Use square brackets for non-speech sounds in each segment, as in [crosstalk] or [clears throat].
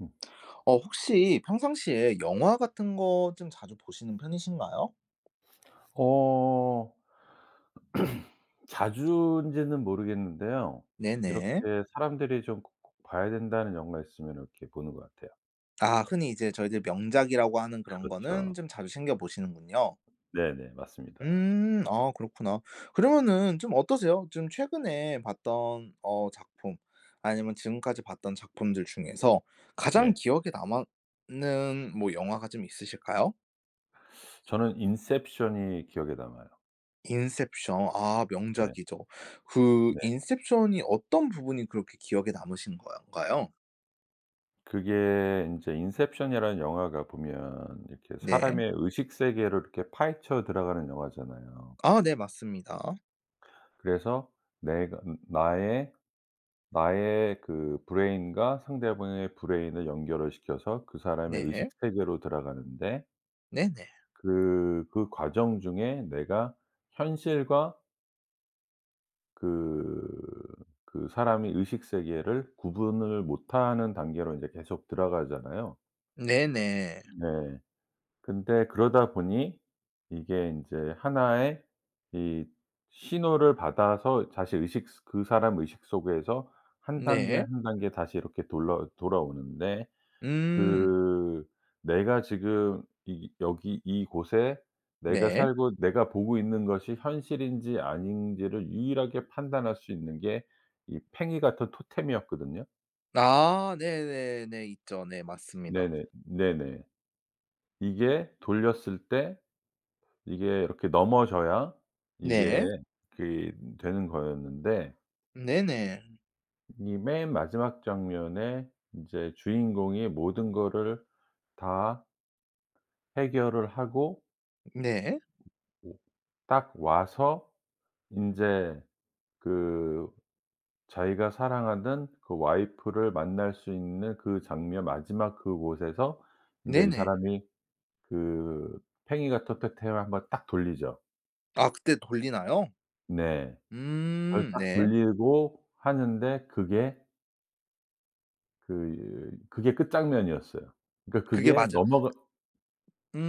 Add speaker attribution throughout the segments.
Speaker 1: 음.
Speaker 2: 혹시 평상시에 영화 같은 거 좀 자주 보시는 편이신가요?
Speaker 1: 어 [clears throat] 자주인지는 모르겠는데요.
Speaker 2: 네네.
Speaker 1: 이렇게 사람들이 좀 꼭 봐야 된다는 영화 있으면 이렇게 보는 것 같아요.
Speaker 2: 아 흔히 이제 저희들 명작이라고 하는 그런 거는
Speaker 1: 그렇죠.
Speaker 2: 좀 자주 챙겨 보시는군요.
Speaker 1: 네네. 맞습니다.
Speaker 2: 음. 아 그렇구나. 그러면은 좀 어떠세요? 좀 최근에 봤던 작품 아니면 지금까지 봤던 작품들 중에서 가장
Speaker 1: 네.
Speaker 2: 기억에 남는 뭐 영화가 좀 있으실까요?
Speaker 1: 저는 인셉션이 기억에 남아요.
Speaker 2: 인셉션. 아
Speaker 1: 네.
Speaker 2: 명작이죠. 그
Speaker 1: 네.
Speaker 2: 인셉션이 어떤 부분이 그렇게 기억에 남으신 건가요?
Speaker 1: 그게 인제 인셉션이라는 영화가 보면 이렇게
Speaker 2: 네.
Speaker 1: 사람의 의식 세계로 이렇게 파헤쳐 들어가는 영화잖아요.
Speaker 2: 아 네 맞습니다.
Speaker 1: 그래서 내가 나의 나의 그 브레인과 상대방의 브레인을 연결을 시켜서 그 사람의 의식
Speaker 2: 네.
Speaker 1: 세계로 들어가는데
Speaker 2: 네네.
Speaker 1: 그 과정 중에 내가 현실과 그 그 사람이 의식 세계를 구분을 못하는 단계로 이제 계속 들어가잖아요.
Speaker 2: 네네.
Speaker 1: 네. 근데 그러다 보니 이게 인제 하나의 이 신호를 받아서 다시 의식 그 사람 의식 속에서 한 단계,
Speaker 2: 네.
Speaker 1: 한 단계 다시 이렇게 돌러 돌아오는데
Speaker 2: 음.
Speaker 1: 그 내가 지금 이 여기 이곳에 내가
Speaker 2: 네.
Speaker 1: 살고 내가 보고 있는 것이 현실인지 아닌지를 유일하게 판단할 수 있는 게 이 팽이 같은 토템이었거든요.
Speaker 2: 아 네네네. 있죠. 네 맞습니다.
Speaker 1: 네네. 네네. 이게 돌렸을 때 이게 이렇게 넘어져야 이게
Speaker 2: 네.
Speaker 1: 그 되는 거였는데
Speaker 2: 네네.
Speaker 1: 이 맨 마지막 장면에 인제 주인공이 모든 거를 다 해결을 하고
Speaker 2: 네.
Speaker 1: 오 딱 와서 인제 그 자기가 사랑하는 그 와이프를 만날 수 있는 그 장면 마지막 그곳에서 인제 이
Speaker 2: 네네.
Speaker 1: 사람이 그 팽이가 떳떳해요 한번 딱 돌리죠.
Speaker 2: 아 그때 돌리나요?
Speaker 1: 네. 그걸 딱
Speaker 2: 네.
Speaker 1: 돌리고 하는데 그게 그게 끝장면이었어요. 그러니까
Speaker 2: 그게
Speaker 1: 그게
Speaker 2: 맞아.
Speaker 1: 넘어가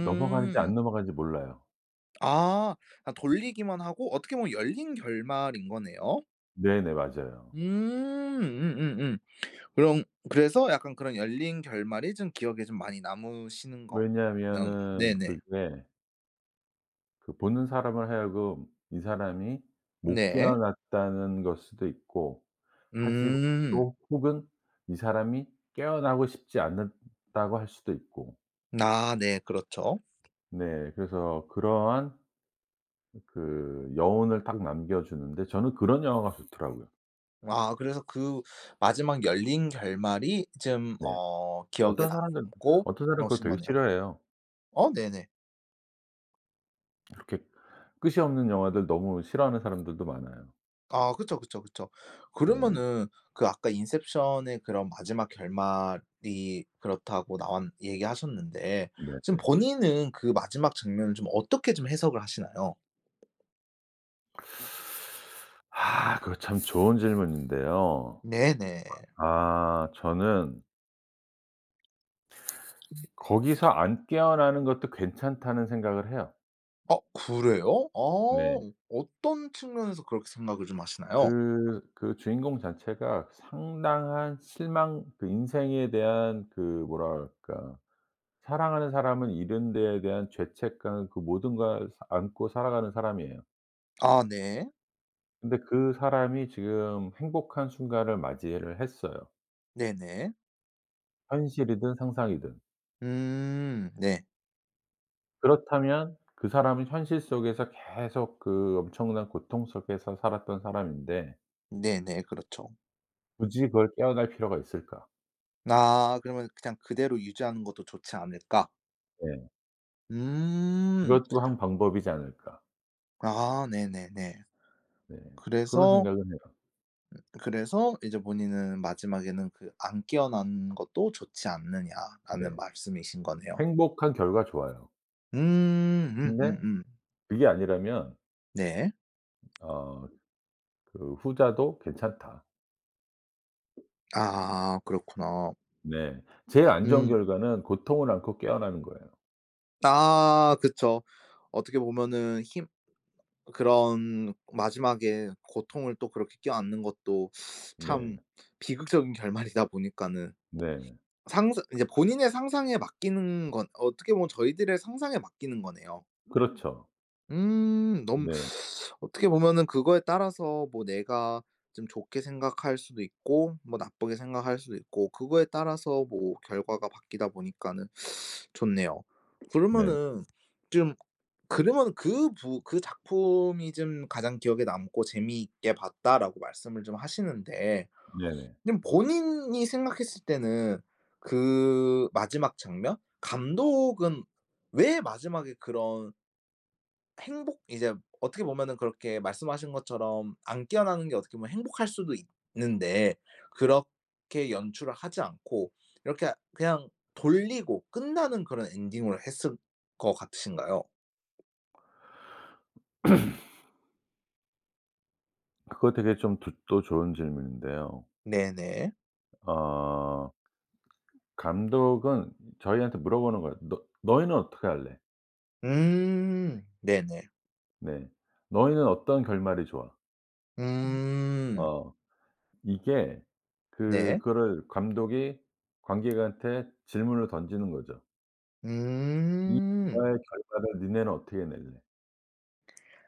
Speaker 1: 넘어가는지 안 넘어가는지 몰라요.
Speaker 2: 아. 아 돌리기만 하고 어떻게 보면 열린 결말인 거네요.
Speaker 1: 네네. 맞아요.
Speaker 2: 음. 그럼 그래서 약간 그런 열린 결말이 좀 기억에 좀 많이 남으시는 거.
Speaker 1: 왜냐하면은
Speaker 2: 네네.
Speaker 1: 그게 그 보는 사람을 하여금 이 사람이 못
Speaker 2: 네.
Speaker 1: 깨어났다는 걸 수도 있고 하지
Speaker 2: 음.
Speaker 1: 또 혹은 이 사람이 깨어나고 싶지 않았다고 할 수도 있고.
Speaker 2: 아 네 그렇죠.
Speaker 1: 네. 그래서 그러한 그 여운을 딱 남겨 주는데 저는 그런 영화가 좋더라고요.
Speaker 2: 아 그래서 그 마지막 열린 결말이 좀
Speaker 1: 네.
Speaker 2: 기억에
Speaker 1: 어떤 사람들은
Speaker 2: 남고
Speaker 1: 어떤 사람은 그거
Speaker 2: 그러신
Speaker 1: 되게
Speaker 2: 거네요.
Speaker 1: 싫어해요.
Speaker 2: 어 네네.
Speaker 1: 이렇게 끝이 없는 영화들 너무 싫어하는 사람들도 많아요.
Speaker 2: 아 그쵸, 그쵸, 그쵸.
Speaker 1: 네.
Speaker 2: 그러면은 그 아까 인셉션의 그런 마지막 결말이 그렇다고 나왔 얘기하셨는데 지금
Speaker 1: 네네.
Speaker 2: 본인은 그 마지막 장면을 좀 어떻게 좀 해석을 하시나요?
Speaker 1: 아 그거 참 좋은 질문인데요.
Speaker 2: 네네.
Speaker 1: 아 저는 거기서 안 깨어나는 것도 괜찮다는 생각을 해요.
Speaker 2: 어 그래요?
Speaker 1: 네.
Speaker 2: 어떤 측면에서 그렇게 생각을 좀 하시나요?
Speaker 1: 그 주인공 자체가 상당한 실망 그 인생에 대한 그 뭐랄까 사랑하는 사람은 잃은 데에 대한 죄책감 그 모든 걸 사 안고 살아가는 사람이에요.
Speaker 2: 아 네.
Speaker 1: 근데 그 사람이 지금 행복한 순간을 맞이를 했어요,
Speaker 2: 네네.
Speaker 1: 현실이든 상상이든.
Speaker 2: 음. 네.
Speaker 1: 그렇다면 그 사람은 현실 속에서 계속 그 엄청난 고통 속에서 살았던 사람인데
Speaker 2: 네네. 그렇죠.
Speaker 1: 굳이 그걸 깨어날 필요가 있을까?
Speaker 2: 아 그러면 '그냥 그대로 유지하는 것도 좋지 않을까.'
Speaker 1: 네.
Speaker 2: 음.
Speaker 1: 그것도 한 방법이지 않을까.
Speaker 2: 아 네네네.
Speaker 1: 네. 그런
Speaker 2: 그래서
Speaker 1: 생각은 해요.
Speaker 2: 그래서 이제 본인은 마지막에는 그 "안 깨어나는 것도 좋지 않느냐."라는
Speaker 1: 네.
Speaker 2: 말씀이신 거네요.
Speaker 1: 행복한 결과 좋아요.
Speaker 2: 음.
Speaker 1: 근데 그게 아니라면
Speaker 2: 네.
Speaker 1: 어 그 후자도 괜찮다.
Speaker 2: 아 그렇구나.
Speaker 1: 네. 제일 안 좋은
Speaker 2: 음.
Speaker 1: 결과는 고통을 안고 깨어나는 거예요.
Speaker 2: 아 그쵸. 어떻게 보면은 힘 그런 마지막에 고통을 또 그렇게 껴안는 것도
Speaker 1: 네.
Speaker 2: 참 비극적인 결말이다 보니까는
Speaker 1: 네.
Speaker 2: 상상 이제 본인의 상상에 맡기는 건 어떻게 보면 저희들의 상상에 맡기는 거네요.
Speaker 1: 그렇죠.
Speaker 2: 너무
Speaker 1: 네.
Speaker 2: 어떻게 보면은 그거에 따라서 뭐 내가 좀 좋게 생각할 수도 있고 뭐 나쁘게 생각할 수도 있고 그거에 따라서 뭐 결과가 바뀌다 보니까는 좋네요.
Speaker 1: 네.
Speaker 2: 그러면은 좀 그러면 그 부 그 작품이 좀 가장 기억에 남고 재미있게 봤다라고 말씀을 좀 하시는데
Speaker 1: 네네.
Speaker 2: 그럼 본인이 생각했을 때는 그 마지막 장면? 감독은 왜 마지막에 그런 행복 이제 어떻게 보면은 그렇게 말씀하신 것처럼 안 깨어나는 게 어떻게 보면 행복할 수도 있는데 그렇게 연출을 하지 않고 이렇게 그냥 돌리고 끝나는 그런 엔딩으로 했을 것 같으신가요?
Speaker 1: 그거 되게 좀 드 또 좋은 질문인데요.
Speaker 2: 네네.
Speaker 1: 어 감독은 저희한테 물어보는 거예요. "너 너희는 어떻게 할래?"
Speaker 2: 음. 네네.
Speaker 1: 네. "너희는 어떤 결말이 좋아?"
Speaker 2: 음.
Speaker 1: 어. 이게 그
Speaker 2: 네.
Speaker 1: 그거를 감독이 관객한테 질문을 던지는 거죠. "이
Speaker 2: 음.
Speaker 1: 영화의 결말을 니네는 어떻게 낼래?"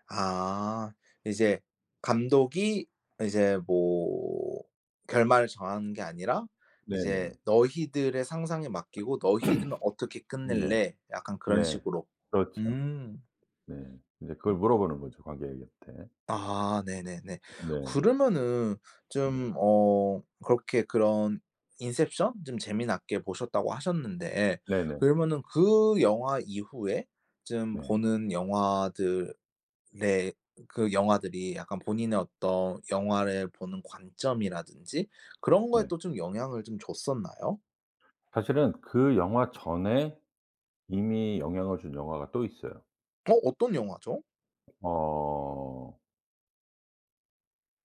Speaker 2: 아. 이제 감독이 이제 뭐 결말을 정하는 게 아니라 이제
Speaker 1: 네네.
Speaker 2: "너희들의 상상에 맡기고 너희들은 어떻게
Speaker 1: 네.
Speaker 2: 끝낼래?" 약간 그런
Speaker 1: 네.
Speaker 2: 식으로.
Speaker 1: 그렇죠.
Speaker 2: 음.
Speaker 1: 네. 인제 그걸 물어보는 거죠, 관객한테.
Speaker 2: 아 네네네.
Speaker 1: 네.
Speaker 2: 그러면은
Speaker 1: 네.
Speaker 2: 좀 그렇게 그런 인셉션 좀 재미나게 보셨다고 하셨는데
Speaker 1: 네네.
Speaker 2: 그러면은 그 영화 이후에 좀
Speaker 1: 네.
Speaker 2: 보는 영화들. 네. 그 영화들이 약간 본인의 어떤 영화를 보는 관점이라든지 그런 거에
Speaker 1: 네.
Speaker 2: 또 좀 영향을 좀 줬었나요?
Speaker 1: 사실은 그 영화 전에 이미 영향을 준 영화가 또 있어요.
Speaker 2: 어 어떤 영화죠?
Speaker 1: 어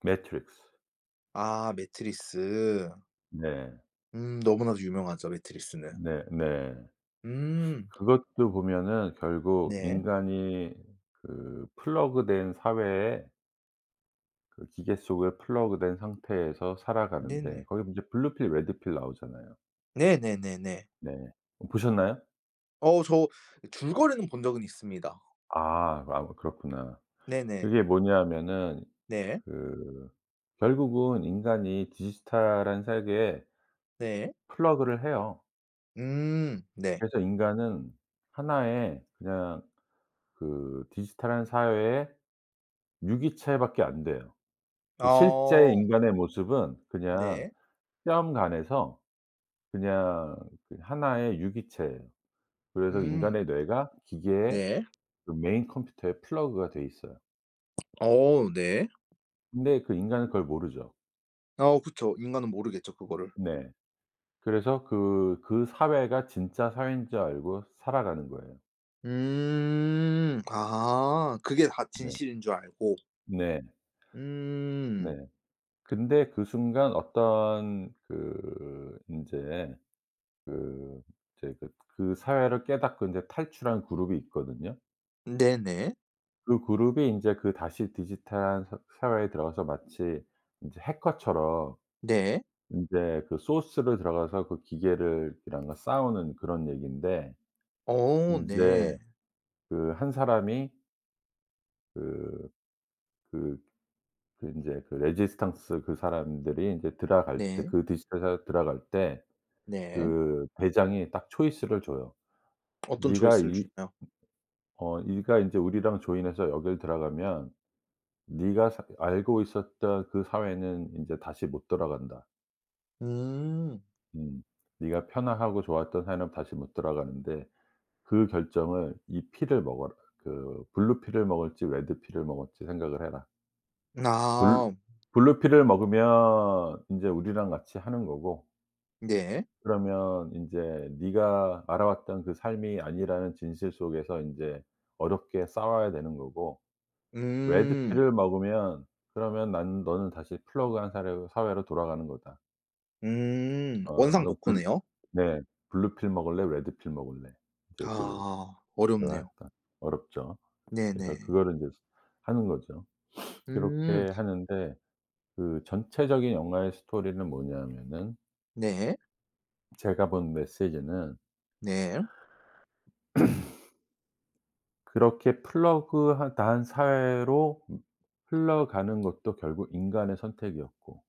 Speaker 1: 매트릭스.
Speaker 2: 아 매트릭스.
Speaker 1: 네.
Speaker 2: 너무나도 유명하죠 매트릭스는.
Speaker 1: 네 네.
Speaker 2: 음
Speaker 1: 그것도 보면은 결국
Speaker 2: 네.
Speaker 1: 인간이 그 플러그된 사회에 그 기계 속에 플러그된 상태에서
Speaker 2: 네네.
Speaker 1: 살아가는데 거기 이제 블루 필 레드 필 나오잖아요.
Speaker 2: 네네네네.
Speaker 1: 네. 보셨나요?
Speaker 2: 어 저 줄거리는 본 적은 있습니다.
Speaker 1: 아 그렇구나.
Speaker 2: 네네.
Speaker 1: 그게 뭐냐면은
Speaker 2: 네.
Speaker 1: 그 결국은 인간이 디지털한 세계에
Speaker 2: 네.
Speaker 1: 플러그를 해요.
Speaker 2: 네.
Speaker 1: 그래서 인간은 하나의 그냥 그 디지털한 사회의 유기체밖에 안 돼요. 그 실제
Speaker 2: 어
Speaker 1: 인간의 모습은 그냥
Speaker 2: 네.
Speaker 1: 시험관에서 그냥 그 하나의 유기체예요. 그래서
Speaker 2: 음
Speaker 1: 인간의 뇌가 기계의
Speaker 2: 네.
Speaker 1: 그 메인 컴퓨터에 플러그가 돼 있어요.
Speaker 2: 어 네.
Speaker 1: 근데 그 인간은 그걸 모르죠.
Speaker 2: 어 그쵸. 인간은 모르겠죠 그거를.
Speaker 1: 네. 그래서 그 사회가 진짜 사회인 줄 알고 살아가는 거예요.
Speaker 2: 음. 아 그게 다
Speaker 1: 네.
Speaker 2: 진실인 줄 알고.
Speaker 1: 네.
Speaker 2: 음.
Speaker 1: 네. 근데 그 순간 어떤 그 인제 그 이제 그 사회를 깨닫고 인제 탈출한 그룹이 있거든요.
Speaker 2: 네네.
Speaker 1: 그 그룹이 인제 그 다시 디지털한 사 사회에 들어가서 마치 인제 해커처럼
Speaker 2: 네.
Speaker 1: 인제 그 소스로 들어가서 그 기계를 이랑과 싸우는 그런 얘기인데
Speaker 2: 어
Speaker 1: 인제
Speaker 2: 네.
Speaker 1: 그 한 사람이 그 그 그 인제 그 레지스탕스 그 사람들이 인제 들어갈 때
Speaker 2: 네.
Speaker 1: 그 디지털 사회에 들어갈 때
Speaker 2: 네.
Speaker 1: 그 대장이 딱 초이스를 줘요.
Speaker 2: 어떤
Speaker 1: "네가
Speaker 2: 조회수를
Speaker 1: 이
Speaker 2: 주나요?
Speaker 1: 어 네가 인제 우리랑 조인해서 여길 들어가면 네가 사 알고 있었던 그 사회는 인제 다시 못 돌아간다."
Speaker 2: 음.
Speaker 1: 음. 네가 편하고 좋았던 사이 다시 못 돌아가는데 그 결정을 이 피를 먹어라. 그 블루 피를 먹을지 레드 피를 먹을지 생각을 해라. 블
Speaker 2: 아
Speaker 1: 블루 피를 먹으면 인제 우리랑 같이 하는 거고
Speaker 2: 네.
Speaker 1: 그러면 인제 네가 알아왔던 그 삶이 아니라는 진실 속에서 인제 어렵게 싸워야 되는 거고 레드
Speaker 2: 음.
Speaker 1: 피를 먹으면 그러면 난 너는 다시 플러그한 사로 사회로 돌아가는 거다.
Speaker 2: 음.
Speaker 1: 어 "넌 블."
Speaker 2: 원상복구네요.
Speaker 1: 네. "블루 필 먹을래? 레드 필 먹을래?" 이제 그걸
Speaker 2: 아 어렵네요.
Speaker 1: 하니까 어렵죠. 그래서
Speaker 2: 네네.
Speaker 1: 그거를 인제 하는 거죠.
Speaker 2: 음.
Speaker 1: 그렇게 하는데 그 전체적인 영화의 스토리는 뭐냐면은
Speaker 2: 네.
Speaker 1: 제가 본 메시지는
Speaker 2: 네.
Speaker 1: 그렇게 플러그한 다한 사회로 흘러가는 것도 결국 인간의 선택이었고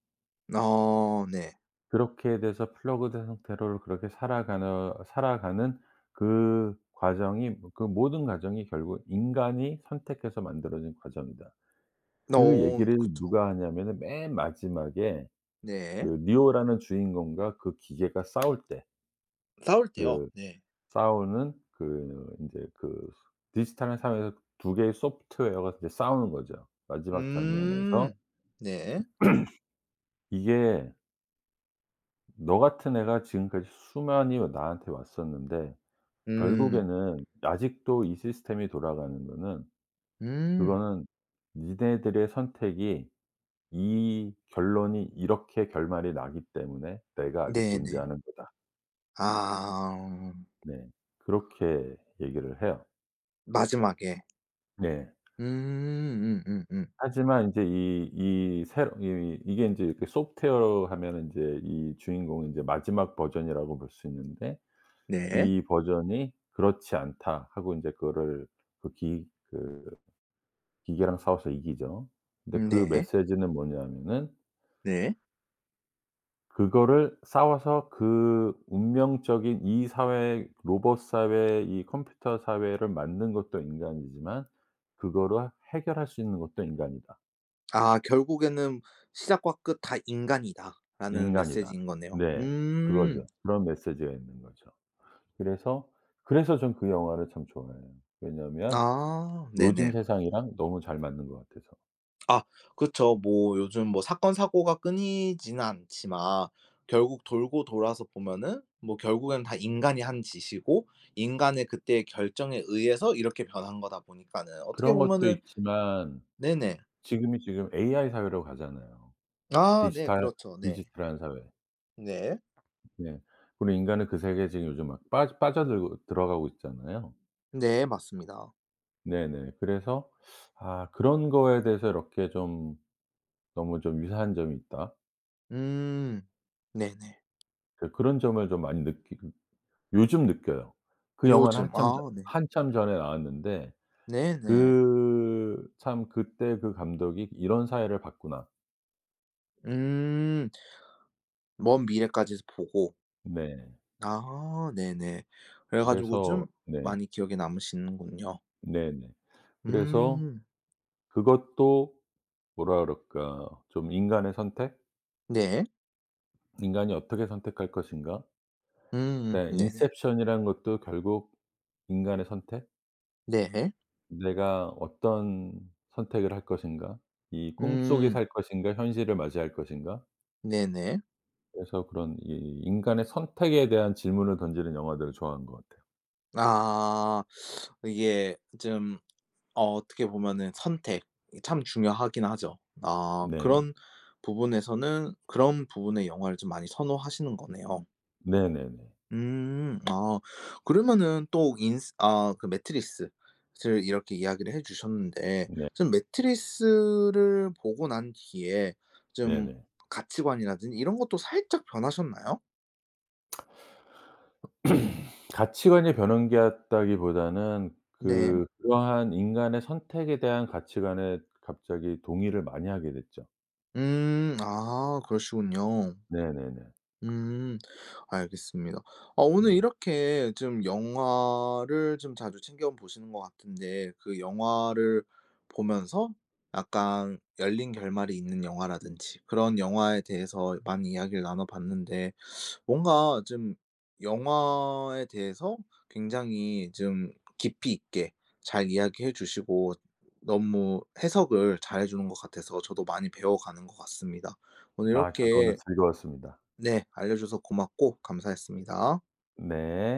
Speaker 2: 어 네.
Speaker 1: 그렇게 돼서 플러그드 상태로 그렇게 살아가는 그 과정이 그 모든 과정이 결국 인간이 선택해서 만들어진 과정이다. 그
Speaker 2: 어
Speaker 1: 얘기를
Speaker 2: 그쵸.
Speaker 1: 누가 하냐면은 맨 마지막에
Speaker 2: 네.
Speaker 1: 그 니오라는 주인공과 그 기계가 싸울 때
Speaker 2: 싸울 때요?
Speaker 1: 그
Speaker 2: 네.
Speaker 1: 싸우는 그 인제 그 디지털한 사회에서 2개의 소프트웨어가 이제 싸우는 거죠. 마지막 장면에서
Speaker 2: 음. 네.
Speaker 1: 이게 "너 같은 애가 지금까지 수많이 나한테 왔었는데
Speaker 2: 음.
Speaker 1: 결국에는 아직도 이 시스템이 돌아가는 거는
Speaker 2: 음.
Speaker 1: 그거는 니네들의 선택이 이 결론이 이렇게 결말이 나기 때문에 내가 아직
Speaker 2: 네네.
Speaker 1: 존재하는 거다."
Speaker 2: 아.
Speaker 1: 네. 그렇게 얘기를 해요.
Speaker 2: 마지막에.
Speaker 1: 네.
Speaker 2: 음.
Speaker 1: 하지만 인제 이 새로 이 이게 인제 이렇게 소프트웨어로 하면은 인제 이 주인공이 인제 마지막 버전이라고 볼 수 있는데
Speaker 2: 네.
Speaker 1: 이 버전이 "그렇지 않다." 하고 인제 그거를 그기그 기계랑 싸워서 이기죠. 근데 그
Speaker 2: 네.
Speaker 1: 메시지는 뭐냐면은
Speaker 2: 네.
Speaker 1: 그거를 싸워서 그 운명적인 이 사회 로봇 사회 이 컴퓨터 사회를 만든 것도 인간이지만 그거를 해결할 수 있는 것도 인간이다.
Speaker 2: 아 결국에는 '시작과 끝 다 인간이다.'라는
Speaker 1: 인간이다.
Speaker 2: 메시지인 거네요.
Speaker 1: 네.
Speaker 2: 음.
Speaker 1: 그거죠. 그런 메시지가 있는 거죠. 그래서 그래서 전 그 영화를 참 좋아해요. 왜냐하면
Speaker 2: 아.
Speaker 1: 요즘
Speaker 2: 네네.
Speaker 1: 세상이랑 너무 잘 맞는 것 같아서.
Speaker 2: 아 그쵸. 뭐 요즘 뭐 사건 사고가 끊이지는 않지만 결국 돌고 돌아서 보면은 뭐 결국엔 다 인간이 한 짓이고 인간의 그때의 결정에 의해서 이렇게 변한 거다 보니까는 어떻게
Speaker 1: 그런 것도
Speaker 2: 보면은.
Speaker 1: 있지만
Speaker 2: 네네.
Speaker 1: 지금 AI 사회로 가잖아요.
Speaker 2: 아 네.
Speaker 1: 디지털
Speaker 2: 그렇죠. 네.
Speaker 1: 디지털한 사회.
Speaker 2: 네.
Speaker 1: 네. 그리고 인간은 그 세계에 지금 요즘 막 빠져들고 들어가고 있잖아요.
Speaker 2: 네. 맞습니다.
Speaker 1: 네네. 그래서 아 그런 거에 대해서 이렇게 좀 너무 좀 유사한 점이 있다.
Speaker 2: 음. 네네.
Speaker 1: 그 그런 점을 좀 많이 느끼 요즘 느껴요. 그 영화는
Speaker 2: 요즘. 아 네.
Speaker 1: 한참 전에 나왔는데
Speaker 2: 네네.
Speaker 1: 그 참 그때 그 감독이 '이런 사회를 봤구나.'
Speaker 2: 음. 먼 미래까지 보고.
Speaker 1: 네.
Speaker 2: 아 네네. 그래 가지고
Speaker 1: 그래서
Speaker 2: 좀
Speaker 1: 네.
Speaker 2: 많이 기억에 남으시는군요.
Speaker 1: 네네. 그래서
Speaker 2: 음.
Speaker 1: 그것도 뭐라 그럴까 좀 인간의 선택?
Speaker 2: 네.
Speaker 1: '인간이 어떻게 선택할 것인가?' 네.
Speaker 2: 네네.
Speaker 1: 인셉션이라는 것도 결국 인간의 선택?
Speaker 2: 네.
Speaker 1: '내가 어떤 선택을 할 것인가? 이 꿈속에
Speaker 2: 음.
Speaker 1: 살 것인가? 현실을 맞이할 것인가?'
Speaker 2: 네네.
Speaker 1: 그래서 그런 이 인간의 선택에 대한 질문을 던지는 영화들을 좋아하는 것 같아요.
Speaker 2: 아. 이게 좀 어떻게 보면은 선택 이 참 중요하긴 하죠. 아
Speaker 1: 네.
Speaker 2: 그런 부분에서는 그런 부분의 영화를 좀 많이 선호하시는 거네요.
Speaker 1: 네네네.
Speaker 2: 음. 아 그러면은 또 인스 아 그 매트릭스를 이렇게 이야기를 해 주셨는데
Speaker 1: 네.
Speaker 2: 좀 매트릭스를 보고 난 뒤에 좀
Speaker 1: 네네.
Speaker 2: 가치관이라든지 이런 것도 살짝 변하셨나요?
Speaker 1: [clears throat] 가치관이 변한 게 같다기보다는
Speaker 2: 네.
Speaker 1: 그 그러한 인간의 선택에 대한 가치관에 갑자기 동의를 많이 하게 됐죠.
Speaker 2: 음. 아 그러시군요.
Speaker 1: 네네네. 네.
Speaker 2: 음. 알겠습니다. 아 오늘
Speaker 1: 네, 네.
Speaker 2: 이렇게 좀 영화를 좀 자주 챙겨 보시는 것 같은데 그 영화를 보면서 약간 열린 결말이 있는 영화라든지 그런 영화에 대해서 많이 이야기를 나눠 봤는데 뭔가 좀 영화에 대해서 굉장히 좀 깊이 있게 잘 이야기해 주시고 너무 해석을 잘해 주는 것 같아서 저도 많이 배워가는 것 같습니다. 오늘
Speaker 1: 아 저도 오늘
Speaker 2: 이렇게
Speaker 1: 즐거웠습니다.
Speaker 2: 네, 알려줘서 고맙고 감사했습니다.
Speaker 1: 네.